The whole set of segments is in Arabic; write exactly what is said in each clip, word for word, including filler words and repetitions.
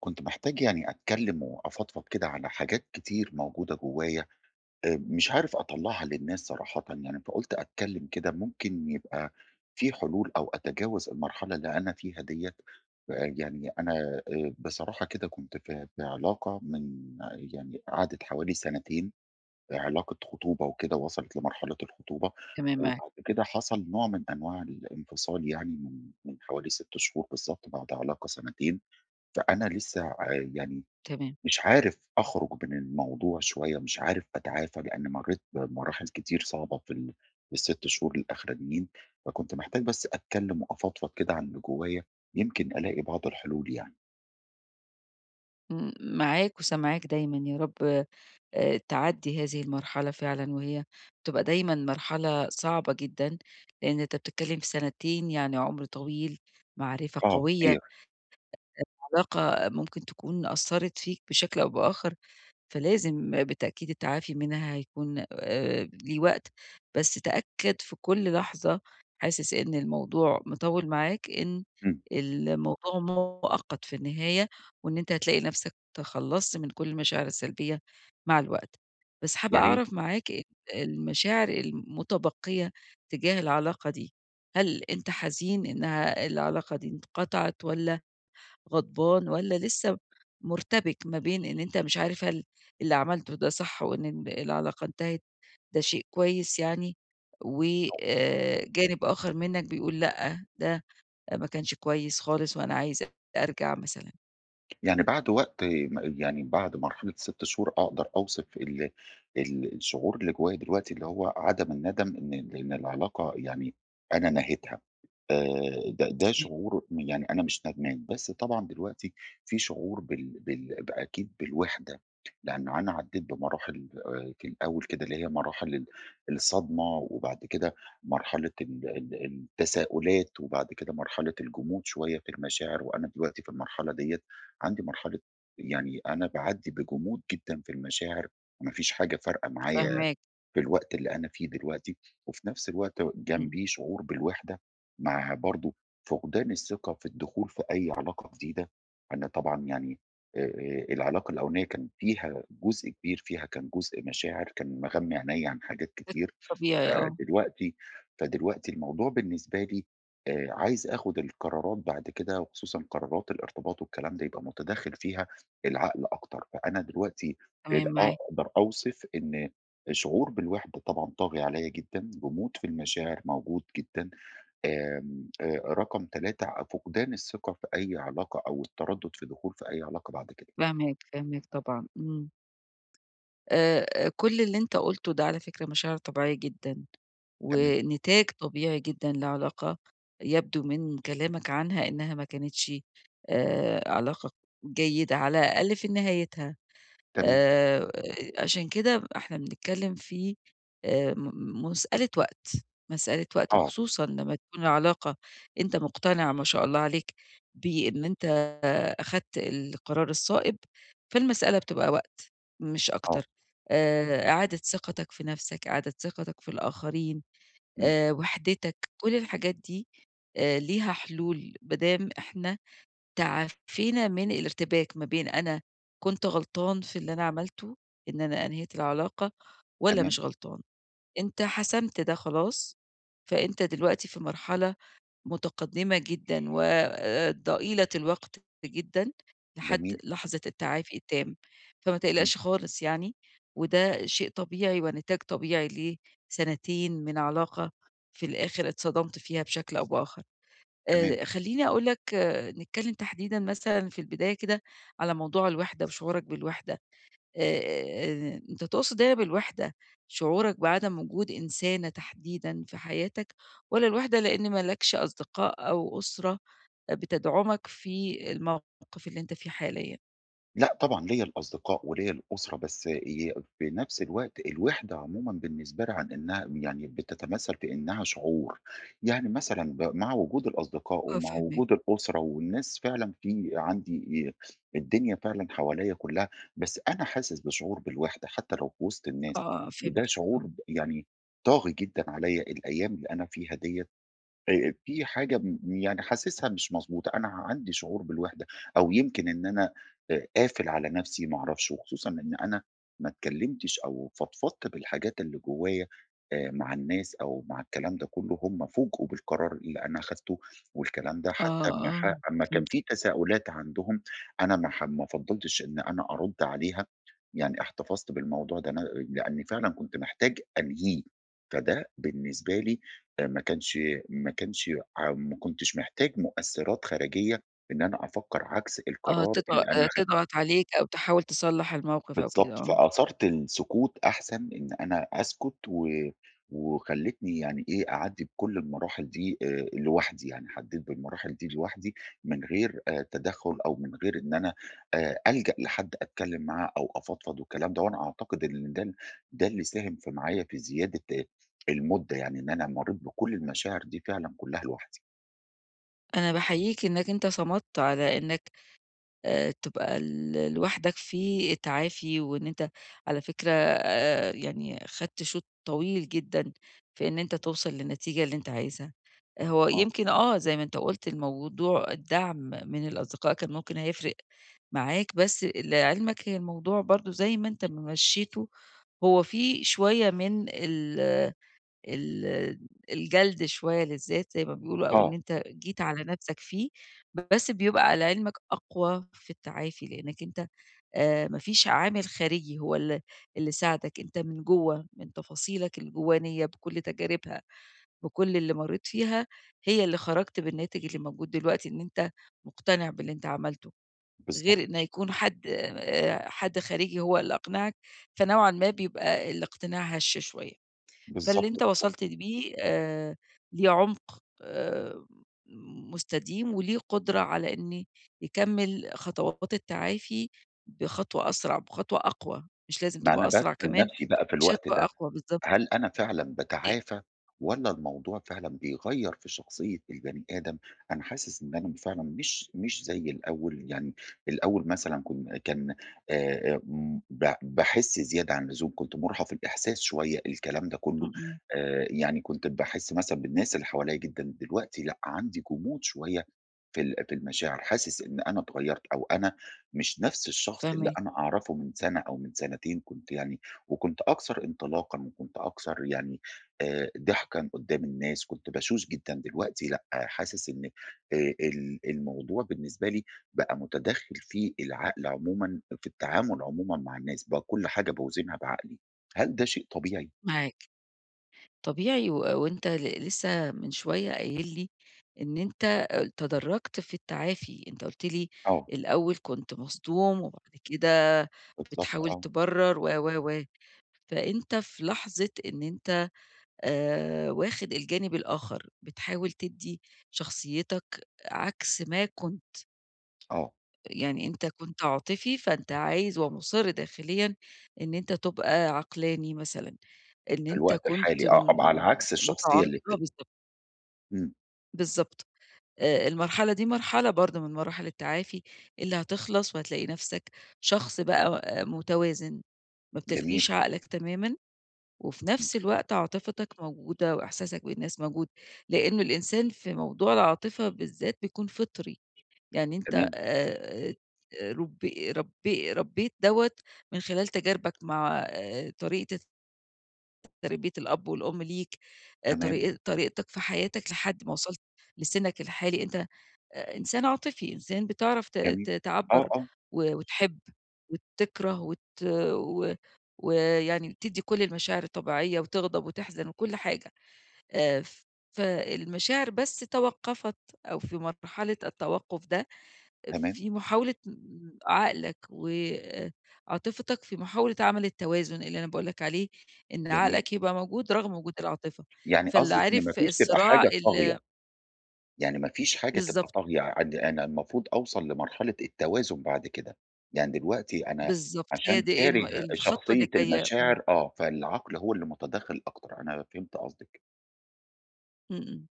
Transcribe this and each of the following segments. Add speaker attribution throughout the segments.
Speaker 1: كنت محتاج يعني أتكلم وأفضفض كده على حاجات كتير موجودة جوايا، آه، مش عارف أطلعها للناس صراحة يعني، فقلت أتكلم كده ممكن يبقى في حلول أو أتجاوز المرحلة اللي أنا فيها ديت. آه، يعني أنا آه، بصراحة كده كنت في في علاقة، من آه، يعني قعدت حوالي سنتين، علاقة خطوبة وكده، وصلت لمرحلة الخطوبة.
Speaker 2: تمام معاك،
Speaker 1: وبعد كده حصل نوع من أنواع الانفصال يعني، من من حوالي ست شهور بالظبط بعد علاقة سنتين. فانا لسه ع- يعني
Speaker 2: تمام.
Speaker 1: مش عارف أخرج من الموضوع شوية، مش عارف أتعافى، لإن مرّيت بمراحل كتير صعبة في ال في ال6 شهور الأخرانيين. فكنت محتاج بس أتكلّم وأفضفض كده عن اللي جوايا، يمكن ألاقي بعض الحلول يعني.
Speaker 2: م معاك وسامعاك دايمًا يا رب. آآ تعدّي هذه المرحلة فعلًا، وهي بتبقى دايمًا مرحلة صعبة جدًا، لإن أنت بتتكلّم في سنتين يعني عُمر طويل، معرفة
Speaker 1: آه
Speaker 2: قوية.
Speaker 1: خير.
Speaker 2: علاقة ممكن تكون أثّرت فيك بشكل أو بآخر، فلازم بالتأكيد التعافي منها هيكون آآ ليه وقت، بس تأكد في كل لحظة حاسس إن الموضوع مطوّل معاك، إن
Speaker 1: إمم.
Speaker 2: الموضوع مؤقت في النهاية، وإن أنت هتلاقي نفسك تخلّصت من كل المشاعر السلبية مع الوقت. بس حابة
Speaker 1: يا ريت.
Speaker 2: أعرف معاك ال المشاعر المتبقية تجاه العلاقة دي، هل أنت حزين إنها العلاقة دي انقطعت والّا غضبان والّا لسه مرتبك ما بين إن أنت مش عارف هل اللي عملته ده صح، وإن ال العلاقة انتهت ده شيء كويس يعني، و آآ جانب آخر منّك بيقول لأ، ده ما كانش كويس خالص وأنا عايز أرجع مثلًا.
Speaker 1: يعني بعد وقت م يعني بعد مرحلة 6 شهور أقدر أوصف ال ال الشعور اللي جوايا دلوقتي، اللي هو عدم الندم إن لإن العلاقة يعني أنا نهيتها. آآ ده ده
Speaker 2: تمام،
Speaker 1: شعور، م يعني أنا مش ندمان، بس طبعًا دلوقتي في شعور بال بال ب أكيد بالوحدة، لإن أنا عدّيت بمراحل، آآ في الأول كده اللي هي مراحل ال الصدمة، وبعد كده مرحلة ال ال التساؤلات، وبعد كده مرحلة الجمود شوية في المشاعر، وأنا دلوقتي في المرحلة ديّة، عندي مرحلة يعني أنا باعدّي بجمود جدًا في المشاعر، ما فيش حاجة فارقة معايا
Speaker 2: فاهماك.
Speaker 1: في الوقت اللي أنا فيه دلوقتي، وفي نفس الوقت
Speaker 2: إمم.
Speaker 1: جنبيه شعور بالوحدة، مع برضه فقدان الثقة في الدخول في أي علاقة جديدة. أنا طبعًا يعني، آآ العلاقة الأولانية كان فيها جزء كبير، فيها كان جزء مشاعر، كان مغمي عينيّا عن حاجات كتير.
Speaker 2: طبيعي آه،
Speaker 1: فدلوقتي فدلوقتي الموضوع بالنسبة لي، آآ عايز آخد القرارات بعد كده، وخصوصًا قرارات الارتباط والكلام ده يبقى متدخل فيها العقل أكتر. فأنا دلوقتي ال
Speaker 2: تمام معاك،
Speaker 1: أقدر أوصف إن شعور بالوحدة طبعًا طاغي عليَّ جدًا، جمود في المشاعر موجود جدًا، آمم، آآ، رقم ثلاثة، فقدان الثقة في أي علاقة أو التردد في الدخول في أي علاقة بعد كده.
Speaker 2: فاهماك، فاهماك طبعًا، إمم. آآ، آآ، كل اللي أنت قُلته ده على فكرة مشاعر طبيعية جدًا،
Speaker 1: تمام.
Speaker 2: ونتاج طبيعي جدًا لعلاقة يبدو من كلامك عنها إنها ما كانتش آآ، علاقة جيدة على الأقل في نهايتها.
Speaker 1: تمام.
Speaker 2: آآ عشان كده إحنا بنتكلّم في آآ م مسألة وقت، مسألة وقت
Speaker 1: آه.
Speaker 2: وخصوصًا لمّا تكون العلاقة أنت مقتنع ما شاء الله عليك بإن أنت أخدت القرار الصائب، فالمسألة بتبقى وقت مش
Speaker 1: آه.
Speaker 2: أكتر، آآ إعادة ثقتك في نَفْسك، إعادة ثقتك في الآخرين،
Speaker 1: إمم.
Speaker 2: آآ وحدتك، كل الحاجات دي آآ ليها حلول ما دام إحنا تعافينا من الارتباك ما بين أنا كنت غلطان في اللي أنا عملته، إن أنا أنهيت العلاقة والّا
Speaker 1: تمام.
Speaker 2: مش غلطان، أنت حسمت ده خلاص، فأنت دلوقتي في مرحلة متقدمة جدًا وضئيلة الوقت جدًا لحد
Speaker 1: جميل.
Speaker 2: لحظة التعافي التام، فما
Speaker 1: إمم.
Speaker 2: تقلقش خالص يعني، وده شيء طبيعي ونتاج طبيعي لسنتين من علاقة في الآخر اتصدمت فيها بشكل أو بآخر.
Speaker 1: تمام.
Speaker 2: آآ خلّيني أقول لك آه، نتكلم تحديدًا مثلًا في البداية كده على موضوع الوحدة وشعورك بالوحدة، آآ أنت تقصد هنا بالوحدة شعورك بعدم وجود إنسانة تحديدًا في حياتك، والّا الوحدة لإن ما لكش أصدقاء أو أسرة بتدعمك في الموقف اللي أنت فيه حاليًا؟
Speaker 1: لأ طبعًا ليّا الأصدقاء وليّا الأسرة، بس ي في نفس الوقت الوحدة عمومًا بالنسبة لي، عن إنها يعني بتتمثّل في إنها شعور، يعني مثلًا، ب مع وجود الأصدقاء
Speaker 2: آه
Speaker 1: ومع
Speaker 2: فاهماك،
Speaker 1: وجود الأسرة والناس فعلًا، في عندي آآ الدنيا فعلًا حواليّا كلّها، بس أنا حاسس بشعور بالوحدة حتى لو في وسط
Speaker 2: آه،
Speaker 1: الناس،
Speaker 2: آه
Speaker 1: وده
Speaker 2: فهمتك، آه،
Speaker 1: شعور يعني طاغي جدًا عليّا الأيام اللي أنا فيها ديّة. آآ في حاجة، م يعني حاسسها مش مضبوطة، أنا عندي شعور بالوحدة، أو يمكن إن أنا آآ قافل على نَفْسي ما أعرفش، وخصوصًا إن أنا ما اتكلّمتش أو فضفضت بالحاجات اللي جوّايا، آآ مع الناس أو مع الكلام ده كُلّه، هم فوجئوا بالقرار اللي أنا أخدته والكلام ده، حتى
Speaker 2: آه،
Speaker 1: أمّا
Speaker 2: آه
Speaker 1: ح أمّا كان
Speaker 2: فهمتك،
Speaker 1: في تساؤلات عندهم، أنا ما ح ما فضّلتش إن أنا أرُد عليها، يعني احتفظت بالموضوع ده أنا لإنّي فعلًا كنت محتاج أنهيه، فده بالنسبة لي، آآ ما كانش ما كانش ع ما كنتش محتاج مؤثرات خارجية إن أنا أفكّر عكس
Speaker 2: آه.
Speaker 1: القرار
Speaker 2: تضغ
Speaker 1: اللي أنا خدته.
Speaker 2: تضغط عليك أو تحاول تصلّح الموقف أو كده،
Speaker 1: بالضبط.
Speaker 2: آه.
Speaker 1: فأثَرت السكوت أحسن إن أنا أسكت، و وخلّتني يعني إيه، أعدّي بكل المراحل دي، آآ لوحدي، يعني عدّيت بالمراحل دي لوحدي من غير آآ تدخُّل، أو من غير إن أنا آآ ألجأ لحد أتكلّم معاه أو أفضفض والكلام ده، وأنا أعتقد إن ده ال ده اللي ساهم في معايا في زيادة آه، المُدّة، يعني إن أنا مرّيت بكل المشاعر دي فعلًا كُلّها لوحدي.
Speaker 2: أنا باحييك إنك أنت صمدت على إنك آآ تبقى ل لوحدك في تعافي، وإن أنت على فكرة آآ يعني خدت شوط طويل جدًا في إن أنت توصل للنتيجة اللي أنت عايزها. هو
Speaker 1: آه.
Speaker 2: يمكن آه، زي ما أنت قُلت الموضوع الدعم من الأصدقاء كان ممكن هيفرق معاك، بس لعلمك هي الموضوع برضه زي ما أنت ما مشّيته، هو في شوية من ال ال الجلد شوية للذات زي ما بيقولوا أو إن
Speaker 1: آه.
Speaker 2: أنت جيت على نَفْسك فيه، بس بيبقى على علمك أقوى في التعافي، لإنّك أنت آآ ما فيش عامل خارجي هو ال اللي ساعدك، أنت من جوّه، من تفاصيلك الجوّانية بكل تجاربها، بكل اللي مرّيت فيها، هي اللي خرجت بالناتج اللي موجود دلوقتي إن أنت مقتنع باللي أنت عملته،
Speaker 1: بالضبط.
Speaker 2: غير إن يكون حد آآ حد خارجي هو اللي أقنعك، فنوعًا ما بيبقى الاقتناع هشّ شوية. فاللي
Speaker 1: بالضبط.
Speaker 2: أنت وصلت بيه آآ ليه عُمق آآ مستديم، وليه قدرة على إن يكمّل خطوات التعافي بخطوة أسرع، بخطوة أقوى، مش لازم
Speaker 1: ما أنا
Speaker 2: تبقى أسرع
Speaker 1: باسأل
Speaker 2: كمان،
Speaker 1: نفسي بقى في
Speaker 2: مش
Speaker 1: الوقت
Speaker 2: هتبقى
Speaker 1: ده،
Speaker 2: أقوى بالضبط.
Speaker 1: هل أنا فعلًا
Speaker 2: أ
Speaker 1: باتعافى والّا الموضوع فعلًا بيغيّر في شخصية البني آدم؟ أنا حاسس إن أنا فعلًا مش مش زي الأول، يعني الأول مثلًا كن كان آآ، آمم، ب باحس زيادة عن اللزوم، كنت مُرهَف الإحساس شوية الكلام ده كُلّه،
Speaker 2: إمم، إمم،
Speaker 1: آآ، يعني كنت باحس مثلًا بالناس اللي حواليّا جدًا، دلوقتي لأ، عندي جمود شوية في ال في المشاعر، حاسس إن أنا اتغيّرت، أو أنا مش نفس الشخص اللي
Speaker 2: فاهماك،
Speaker 1: أنا أعرفه من سَنة أو من سنتين، كنت يعني، وكنت أكثر انطلاقًا، وكنت أكثر يعني آآ ضحكًا قدّام الناس، كنت باشوش جدًا، دلوقتي لأ، حاسس إن آآ ال الموضوع بالنسبة لي بقى متدخّل في العقل عمومًا، في التعامل عمومًا مع الناس، بقى كل حاجة باوزنها بعقلي. هل ده شيء طبيعي؟
Speaker 2: معاك. طبيعي و وأنت ل لسه من شوية قايل لي إن أنت آآ تدرّجت في التعافي، أنت قُلت لي
Speaker 1: آه.
Speaker 2: الأول كنت مصدوم، وبعد كده
Speaker 1: بالضبط
Speaker 2: بتحاول
Speaker 1: آه.
Speaker 2: تبرّر و، و، و. فأنت في لحظة إن أنت آآ واخد الجانب الآخر، بتحاول تدّي شخصيتك عكس ما كنت،
Speaker 1: آه.
Speaker 2: يعني أنت كنت عاطفي فأنت عايز ومُصِر داخليًا إن أنت تبقى عقلاني مثلًا، إن
Speaker 1: في
Speaker 2: أنت
Speaker 1: الوقت
Speaker 2: كنت
Speaker 1: الحالي آه، أبقى على
Speaker 2: م
Speaker 1: عكس الشخصية
Speaker 2: متعاط
Speaker 1: اللي
Speaker 2: آه
Speaker 1: فاتت.
Speaker 2: بالضبط،
Speaker 1: إمم.
Speaker 2: بالضبط. آآ المرحلة دي مرحلة برضه من مراحل التعافي اللي هتخلص وهتلاقي نَفْسك شخص بقى آه، متوازن، ما
Speaker 1: جميل.
Speaker 2: بتلغيش عقلك تمامًا وفي
Speaker 1: إمم.
Speaker 2: نفس الوقت عاطفتك موجودة وإحساسك بالناس موجود، لإنه الإنسان في موضوع العاطفة بالذات بيكون فطري، يعني أنت
Speaker 1: تمام.
Speaker 2: آآ رُب رب ربّيت دوّة من خلال تجاربك مع آآ طريقة تربية الأب والأم ليك، آآ
Speaker 1: تمام.
Speaker 2: طريق طريقتك في حياتك لحد ما وصلت لسنك الحالي، أنت آآ إنسان عاطفي، إنسان بتعرف ت
Speaker 1: جميل.
Speaker 2: ت
Speaker 1: آه.
Speaker 2: تعبّر
Speaker 1: آه.
Speaker 2: و وتحب وتكره وت و ويعني تدّي كل المشاعر الطبيعية وتغضب وتحزن وكل حاجة، آآ ف فالمشاعر بس توقّفت أو في مرحلة التوقُّف ده
Speaker 1: تمام.
Speaker 2: في محاولة عقلك وعاطفتك في محاولة عمل التوازن اللي أنا باقول لك عليه، إن
Speaker 1: جميل.
Speaker 2: عقلك يبقى موجود رغم وجود العاطفة،
Speaker 1: يعني
Speaker 2: فاللي
Speaker 1: قصدِك إن ما
Speaker 2: عارف
Speaker 1: فيش تبقى
Speaker 2: الصراع
Speaker 1: حاجة طاغية.
Speaker 2: ال
Speaker 1: يعني ما فيش حاجة تبقى
Speaker 2: بالضبط،
Speaker 1: طاغية، عند أنا المفروض أوصل لمرحلة التوازن بعد كده، يعني دلوقتي أنا
Speaker 2: بالضبط، هي
Speaker 1: عشان
Speaker 2: دي إيه
Speaker 1: كاره
Speaker 2: الم الخطوة
Speaker 1: شخصية
Speaker 2: اللي جاية. إمم،
Speaker 1: المشاعر آه، فالعقل هو اللي متدخل أكتر، أنا فهمت قصدِك.
Speaker 2: إمم. إمم.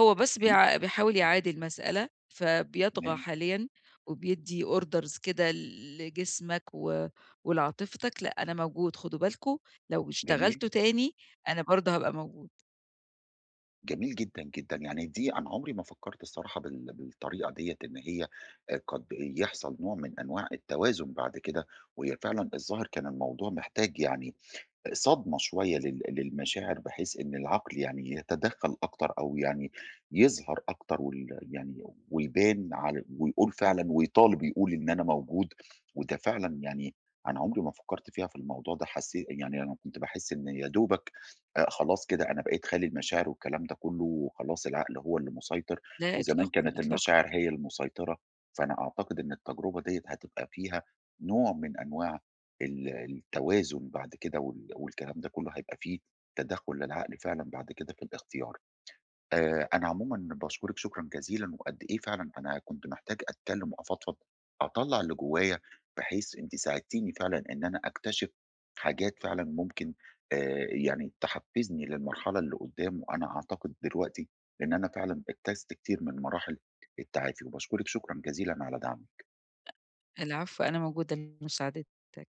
Speaker 2: هو بس
Speaker 1: جميل.
Speaker 2: بيع بيحاول يعادل المسألة، فبيطغى
Speaker 1: تمام.
Speaker 2: حاليًا وبيدّي orders كده لجسمك و ولعاطفتك، لأ أنا موجود خدوا بالكم، لو
Speaker 1: جميل.
Speaker 2: اشتغلتوا تاني أنا برضه هابقى موجود،
Speaker 1: جميل جدًا. جدًا. يعني دي أنا عمري ما فكرت الصراحة بال بالطريقة ديّة إن هي آآ قد يحصل نوع من أنواع التوازن بعد كده، وهي فعلًا الظاهر كان الموضوع محتاج يعني صدمة شوية لل للمشاعر، بحيث إن العقل يعني يتدخّل أكتر، أو يعني يظهر أكتر وال يعني ويبان على، ويقول فعلًا، ويطالب يقول إن أنا موجود، وده فعلًا يعني أنا عمري ما فكّرت فيها في الموضوع ده حسّي، يعني أنا كنت باحس إن يا دوبك آآ خلاص كده أنا بقيت خالي المشاعر والكلام ده كُلّه، وخلاص العقل هو اللي مسيطر،
Speaker 2: لا
Speaker 1: وزمان
Speaker 2: إطلاقًا،
Speaker 1: كانت
Speaker 2: إطلاقًا.
Speaker 1: المشاعر هي المسيطرة، فأنا أعتقد إن التجربة ديّة هتبقى فيها نوع من أنواع ال التوازن بعد كده، وال والكلام ده كله هيبقى في تدخُّل للعقل فعلًا بعد كده في الاختيار. آآ أنا عمومًا باشكرِك شكرًا جزيلًا، وقد إيه فعلًا أنا كنت محتاج أتكلّم وأفضفض، أطلّع اللي جوّايا، بحيث أنتِ ساعدتيني فعلًا إن أنا أكتشف حاجات فعلًا ممكن، آآ يعني تحفّزني للمرحلة اللي قُدّام، وأنا أعتقد دلوقتي إن أنا فعلًا اجتزت كتير من مراحل التعافي، وباشكرِك شكرًا جزيلًا على دعمِك.
Speaker 2: العفو، أنا موجودة لمساعدتك.